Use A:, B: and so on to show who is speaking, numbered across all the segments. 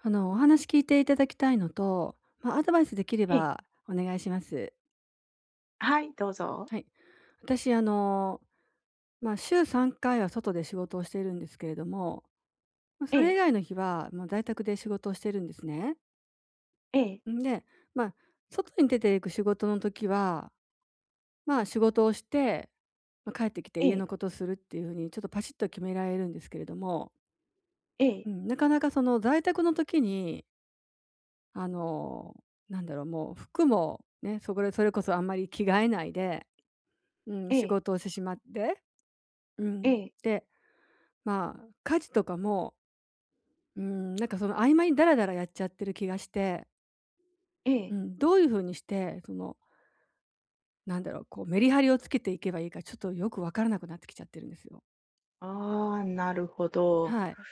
A: あの、お話聞いていただきたいのと、まあ、アドバイスできれ
B: ええ、
A: ばお願いします。
B: はい、どうぞ。
A: はい。私、週3回は外で仕事をしているんですけれども、
B: え
A: それ以
B: え、
A: 外の日は、もう在宅で仕事をしてるんですね。
B: ええ、
A: んで、まあ、外に出ていく仕事の時は、仕事をして、帰ってきて
B: え
A: 家の
B: え、
A: ことをするっていう風にちょっとパシッと決められるんですけれども、
B: え
A: う
B: え、
A: ん、なかなかその在宅の時にあの、なんだろう、もう服もね、そこでそれこそあんまり着替えないで、うん、
B: え
A: 仕
B: え、
A: 事をしてしまって、う
B: え
A: ん、
B: え、
A: で、家事とかも、うん、なんかその合間にダラダラやっちゃってる気がして、
B: え
A: う
B: え。
A: ん、どういう風にして、その、なんだろう、こうメリハリをつけていけばいいか、ちょっとよくわからなくなってきちゃってるんですよ。
B: ああ、なるほど。
A: はい。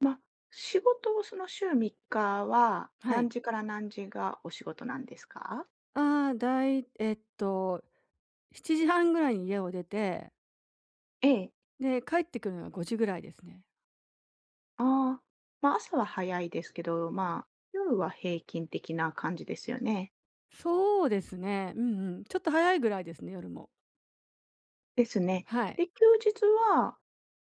B: ま、仕事をその週3日は、
A: は
B: 何
A: い。
B: 時から何時がお仕事なんですか？
A: ああ、だいえっと、7時半ぐらいに家を出て、
B: ええ、
A: で、帰ってくるのが5時ぐらいですね。
B: ああ、ま、朝は早いですけど、まあ、夜は平均的な感じですよね。
A: そうですね。うんうん。ちょっと早いぐらいですね、夜も。
B: ですね。
A: はい。
B: で、休日は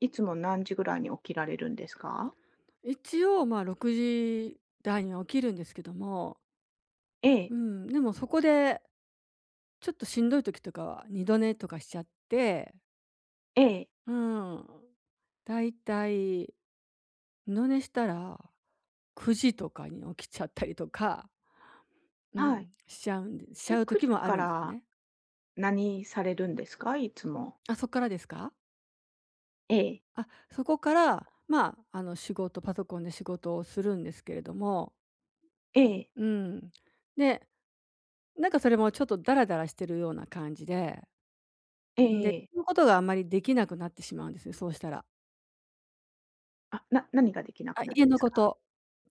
B: いつも何時ぐらいに起きられるんですか？
A: 一応、6時台には起きるんですけども、
B: え
A: う
B: え、
A: ん、でもそこで、ちょっとしんどい時とかは二度寝とかしちゃって、
B: ええ、
A: うん、だいたい二度寝したら9時とかに起きちゃったりとか、う
B: はい。
A: ん、しち
B: で、
A: ゃう
B: 9
A: 時
B: 時
A: もあ
B: か
A: るんです
B: ら
A: ね。
B: 何されるんですか？いつも。
A: あ、そこからですか？
B: ええ。
A: あ、そこから、パソコンで仕事をするんですけれども、
B: ええ、
A: うん。で、なんかそれもちょっとダラダラしてるような感じで、
B: え
A: ん
B: え
A: で、
B: ええ。
A: のことがあんまりできなくなってしまうんですよ、そうしたら。
B: あ、な何ができな
A: あ、
B: くなる
A: 家
B: で
A: の
B: す
A: こ
B: か？
A: と、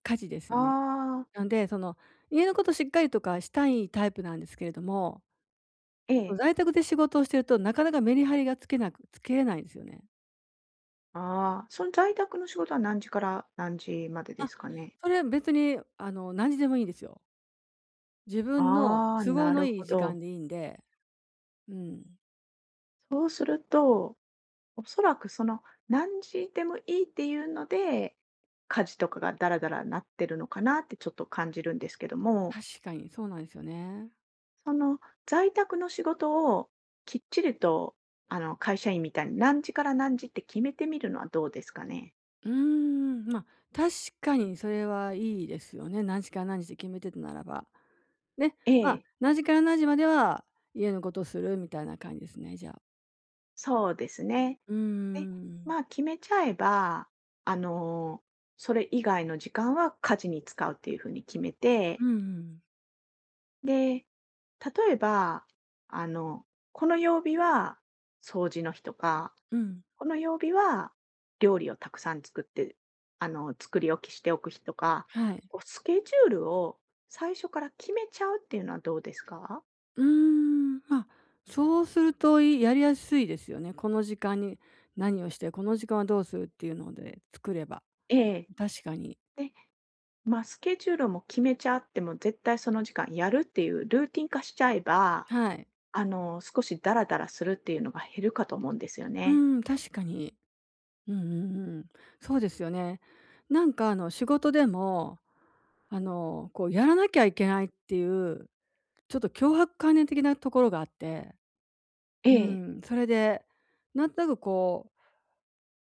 A: 家事ですよね。
B: ああ、
A: なんで、その、家のことしっかりとかしたいタイプなんですけれども、
B: ええ。
A: 在宅で仕事をしてるとなかなかメリハリがつけれないんですよね。
B: ああ、その在宅の仕事は何時から何時までで
A: あ、
B: すかね？
A: それ別に何時でもいいんですよ。自分の
B: ああ、
A: 都合
B: な
A: の
B: る
A: いい
B: ほ
A: 時間
B: ど。
A: でいいんで、うん、
B: そうすると、おそらくその何時でもいいっていうので、家事とかがダラダラなってるのかなってちょっと感じるんですけども。
A: 確かにそうなんですよね。
B: その在宅の仕事をきっちりと、会社員みたいに何時から何時って決めてみるのはどうですかね？
A: うーん、確かにそれはいいですよね。何時から何時で決めてたならば。で、
B: ええ、
A: 何時から何時までは家のことするみたいな感じですね、じゃあ。
B: そうですね。
A: うー
B: で、
A: ん。
B: まあ、決めちゃえば、あの、それ以外の時間は家事に使うっていうふうに決め
A: う
B: て、
A: んうん。
B: で、例えば、あの、この曜日は掃除の日とかこの曜日は料理をたくさん作って、作り置きしておく日とか、
A: はい。
B: こうスケジュールを最初から決めちゃうっていうのはどうですか？
A: うーん、そうするとりやすいですよね。この時間に何をして、この時間はどうするっていうので作れば。
B: ええ。
A: 確かに。
B: で、まあ、スケジュールも決めちゃっても、絶対その時間やるっていうルーティン化しちゃえば、
A: はい。
B: 少しダラダラするっていうのが減るかと思うんですよ
A: う
B: ね。
A: ーん、確かに。うんうんうん。そうですよね。なんか仕事でも、こうやらなきゃいけないっていう、ちょっと強迫観念的なところがあって、
B: え
A: う
B: え。
A: ん、それで、なんとなくこう、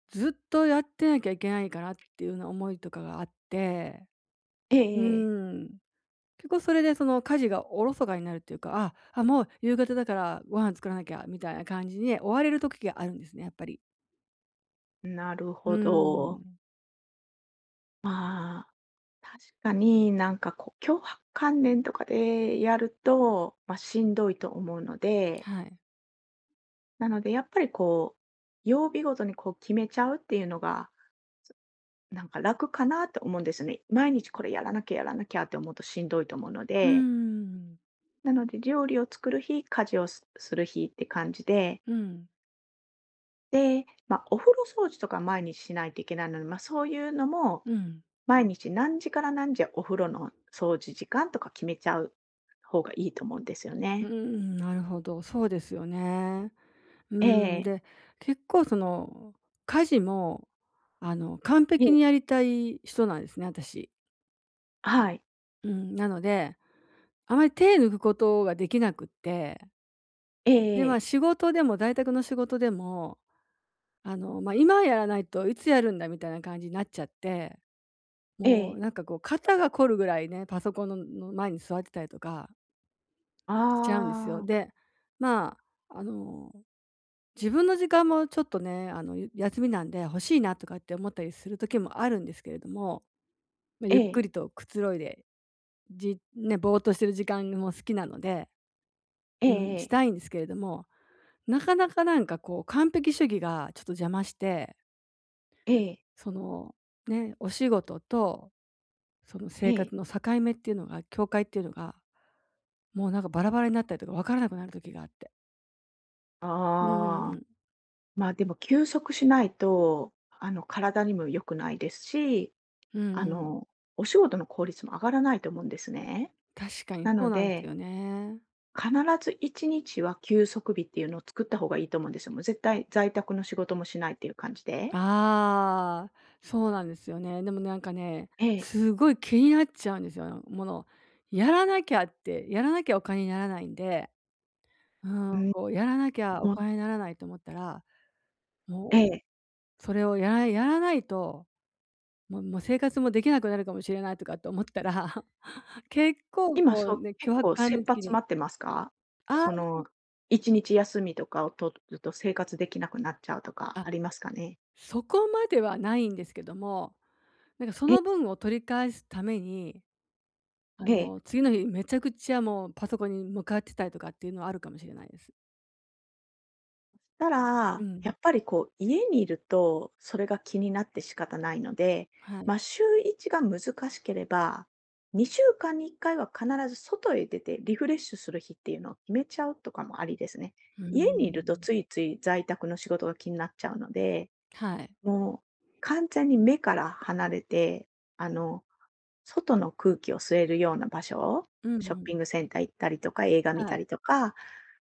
A: ずっとやってなきゃいけないかなっていうような思いとかがあって、
B: ええ
A: う
B: ええ。
A: ん、結構それでその家事がおろそかになるっていうか、あ、もう夕方だからご飯作らなきゃみたいな感じに追われる時があるんですね、やっぱり。
B: なる
A: う
B: ほど。
A: ん。
B: まあ確かになんかこう、強迫観念とかでやると、まあ、しんどいと思うので、
A: はい。
B: なのでやっぱりこう、曜日ごとにこう決めちゃうっていうのが、なんか楽かなと思うんですよね。毎日これやらなきゃやらなきゃって思うとしんどいと思うの
A: う
B: で、
A: ん。
B: なので料理を作る日、家事をすする日って感じで、
A: うん。
B: で、まあ、お風呂掃除とか毎日しないといけないので、まあ、そういうのも
A: うん。
B: 毎日何時から何時お風呂の掃除時間とか決めちゃう方がいいと思うんですよ
A: う
B: ね。
A: ん、なるほど、そうですよね。う
B: え
A: ん、
B: え、
A: で、結構その、家事も、完
B: え
A: 璧
B: え、
A: にやりたい人なんですね、私。
B: はい。
A: うん、なので、あまり手抜くことができなくって、
B: え
A: で、まあ、
B: え
A: 仕事でも在宅の仕事でも、今やらないといつやるんだみたいな感じになっちゃって、
B: え
A: もう
B: え、
A: なんかこう肩が凝るぐらいね、パソコンの前に座ってたりとかしちゃうんですよ。
B: ああ
A: で、まあ、あの自分の時間もちょっとね、休みなんで欲しいなとかって思ったりする時もあるんですけれども、
B: ええ、ああ、
A: ゆっ
B: え
A: く
B: え、
A: りとくつろいで、ね、ぼーっとしてる時間も好きなので、うん、したいんですけれども、なかなかなんかこう完璧主義がちょっと邪魔して、
B: え
A: その、ね、お仕事とその生
B: え
A: 活の境目っていうのが境界っていうのが、もうなんかバラバラになったりとか分からなくなる時があって。うんうん
B: あ
A: う
B: あ、
A: ん。
B: まあでも休息しないと、体にも良くないですし、
A: うん
B: あ
A: うん。
B: の、お仕事の効率も上がらないと思うんですね。
A: 確かに
B: な
A: そう
B: の
A: なんです
B: で、
A: よね。
B: 必ず1日は休息日っていうのを作った方がいいと思うんですよ。もう絶対在宅の仕事もしないっていう感じで。
A: ああ、そうなんですよね。でもなんかね、
B: ええ、
A: すごい気になっちゃうんですよ。もの、やらなきゃって、やらなきゃお金にならないんで、う
B: う
A: ん、
B: ん、
A: こうやらなきゃお
B: も
A: 金にならないと思ったら、
B: え
A: もう
B: え、
A: それをやらやらないと、もう生活もできなくなるかもしれないとかって思ったら、結構
B: 今
A: こ
B: そ
A: う
B: う、
A: ね、
B: 結
A: 強迫
B: 構
A: 感
B: 切
A: の
B: 羽
A: 時
B: 詰ま
A: に、
B: ってますか？
A: あ
B: その、1日休みとかを取ると生活できなくなっちゃうとか
A: あ、あ、
B: ありますかね？
A: そこまではないんですけども、なんかそ
B: え、
A: の分を取り返すために
B: ええ。
A: 次の日めちゃくちゃもうパソコンに向かってたりとかっていうのはあるかもしれないです。
B: た
A: う
B: ら、や
A: ん。
B: っぱりこう家にいると、それが気になって仕方ないので、
A: はい。
B: ま、週1が難しければ、2週間に1回は必ず外へ出てリフレッシュする日っていうのを決めちゃうとかもありですね。
A: うー
B: 家にいると
A: ん。
B: ついつい在宅の仕事が気になっちゃうので
A: はい。
B: もう完全に目から離れて、あの、外の空気を吸えるような場所、
A: うんう
B: ショッ
A: ん。
B: ピングセンター行ったりとか、映画見
A: は
B: た
A: い。
B: りとか、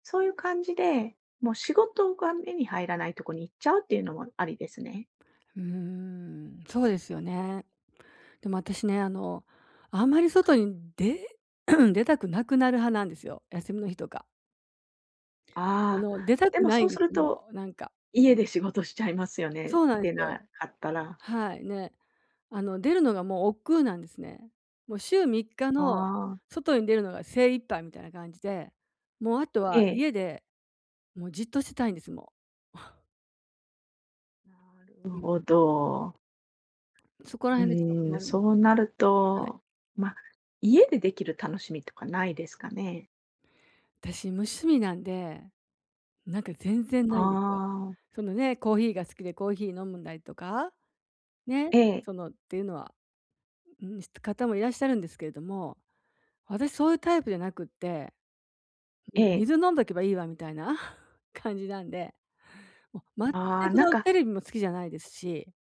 B: そういう感じで、もう仕事が目に入らないとこに行っちゃうっていうのもありですね。
A: うーん、そうですよね。でも私ね、あんまり外にで 出たくなくなる派なんですよ、休みの日とか。
B: ああ、
A: 出た
B: で
A: く
B: も
A: ない
B: そ
A: ん
B: う
A: で
B: する
A: す、
B: と、
A: もうなんか。
B: 家で仕事しちゃいますよね、
A: そうなんで
B: 出
A: す
B: な
A: よ。
B: かったら。
A: はい、ね。出るのがもう億劫なんですね。もう週3日
B: あ
A: の
B: あ、
A: 外に出るのが精一杯みたいな感じで、もうあと
B: え
A: は
B: え。
A: 家でもうじっとしてたいんです、も
B: なる
A: う。う
B: ほ
A: ん。
B: ど。
A: そこら
B: う
A: 辺でちょっと
B: ー
A: 困
B: ん、
A: るんで
B: そうなる
A: す。はい。
B: と、まあ、家でできる楽しみとかないですかね？
A: 私無趣味なんで、なんか全然
B: あ
A: ないんですよ。
B: あ、
A: そのね、コーヒーが好きでコーヒー飲むんだりとか、ね、
B: ええ、
A: そのっていうのは、うん、方もいらっしゃるんですけれども、私そういうタイプじゃなくって、う
B: え
A: ん、
B: え。
A: 水飲んどけばいいわみたいな 感じなんで。もう、
B: あ
A: 全
B: あ、
A: く
B: な
A: そ
B: ん
A: の
B: か
A: テレビも好きじゃないですし。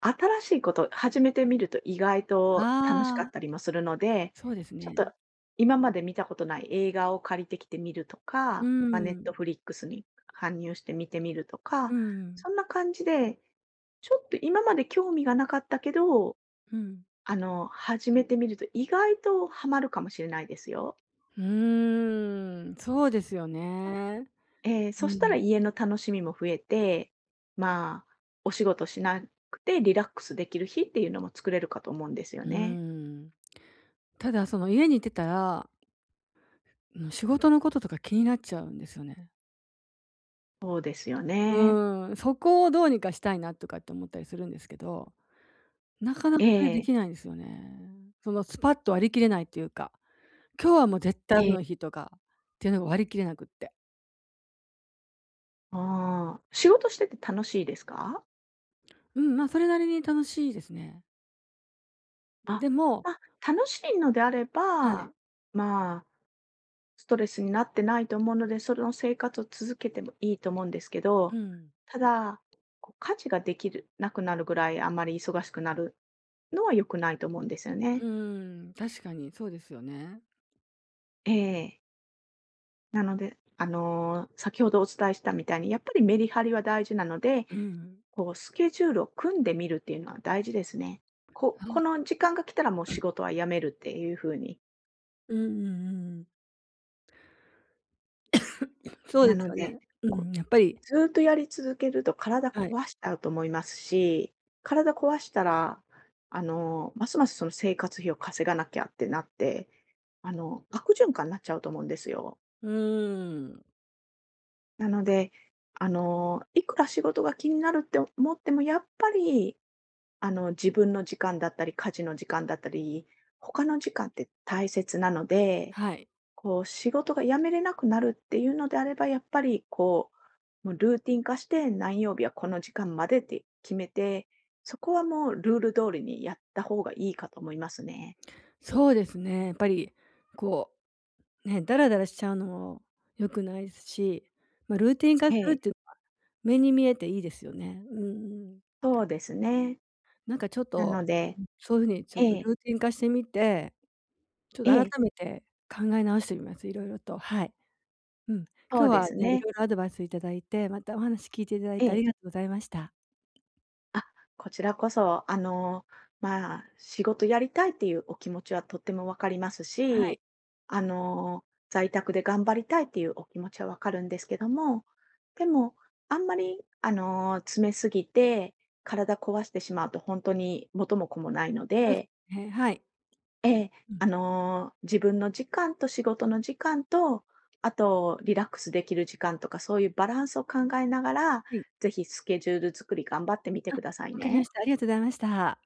B: 新しいこと始めてみると意外と楽し
A: あ
B: かったり
A: あ。
B: もするので、
A: そうです
B: ちょっ
A: ね。
B: と今まで見たことない映画を借りてきてみると
A: うー
B: か、まあ、ネッ
A: ん。
B: トフリックスに搬入して見てみると
A: う
B: か、
A: ん、
B: そんな感じで、ちょっと今まで興味がなかったけど、
A: うん。
B: 始めてみると意外とハマるかもしれないですよ。
A: うーん、そうですよね。
B: ええ、
A: う
B: そした
A: ん。
B: ら家の楽しみも増えて、まあ、お仕事しなくてリラックスできる日っていうのも作れるかと思うんですよ
A: う
B: ね。
A: ーん。ただその家にいてたら、もう仕事のこととか気になっちゃうんですよね。
B: そうですよ
A: う
B: ね。
A: ーん、そこをどうにかしたいなとかって思ったりするんですけど、なかなか
B: え
A: それで
B: え、
A: きないんですよね。そのスパッと割り切れないっていうか、今日はもう絶対オ
B: え
A: フの
B: え、
A: 日とかっていうのが割り切れなくって。
B: ああ、仕事してて楽しいですか？
A: うん、まあ、それなりに楽しいですね。
B: あ、
A: でも
B: まあ、楽しいのであれ
A: は
B: ば、
A: い。
B: まあ、ストレスになってないと思うので、その生活を続けてもいいと思うんですけ
A: う
B: ど、
A: ん。
B: ただ、こう家事ができるなくなるぐらいあまり忙しくなるのは良くないと思うんですよ
A: う
B: ね。
A: ーん、確かにそうですよね。
B: ええ。なので、先ほどお伝えしたみたいに、やっぱりメリハリは大事なので、
A: うん。
B: こうスケジュールを組んでみるっていうのは大事ですね。こ
A: はい。
B: この時間が来たらもう仕事は辞めるっていう風に。
A: うんうんうんうん。そうで
B: な
A: す
B: の
A: よ
B: で、
A: ね。う
B: こう
A: ん、やっぱり
B: ずーっとやり続けると体
A: はい。
B: 壊しちゃうと思いますし、体壊したら、ますますその生活費を稼がなきゃってなって、悪循環になっちゃうと思うんですよ。
A: うーん。
B: なので、いくら仕事が気になるって思っても、やっぱり、自分の時間だったり、家事の時間だったり、他の時間って大切なので、
A: はい。
B: こう、仕事が辞めれなくなるっていうのであれば、やっぱり、こう、もうルーティン化して、何曜日はこの時間までって決めて、そこはもうルール通りにやった方がいいかと思いますね。
A: そうですね、やっぱり、こう、ね、ダラダラしちゃうのも良くないですし、ルーティン化
B: え
A: するっ
B: え。
A: ていうのは、目に見えていいですよね。うんうん。
B: そうですね。
A: なんかちょっ
B: な
A: と、
B: ので
A: そういう風にちょっ
B: え
A: と
B: え、
A: ルーティン化してみてちょっ
B: え
A: と改
B: え、
A: めて考え直してみます、いろいろと。はい。うん。
B: そ
A: 今
B: う
A: 日
B: で
A: は
B: す
A: ね、い
B: ね。
A: ろいろアドバイスいただいて、またお話聞いていただい
B: え
A: てあ
B: え。
A: りがとうございました。
B: あ、こちらこそ、まあ、仕事やりたいっていうお気持ちはとってもわかります
A: はい。
B: し、あの、在宅で頑張りたいっていうお気持ちはわかるんですけども、でも、あんまり、詰めすぎて、体壊してしまうと本当に元も子もないの
A: そうで
B: で、
A: すね、はい。
B: ええ、
A: うん。
B: 自分の時間と仕事の時間と、あと、リラックスできる時間とか、そういうバランスを考えながら、
A: はい。
B: ぜひスケジュール作り頑張ってみて
A: あ、
B: ください
A: わかりま
B: ね。
A: した。ありがとうございました。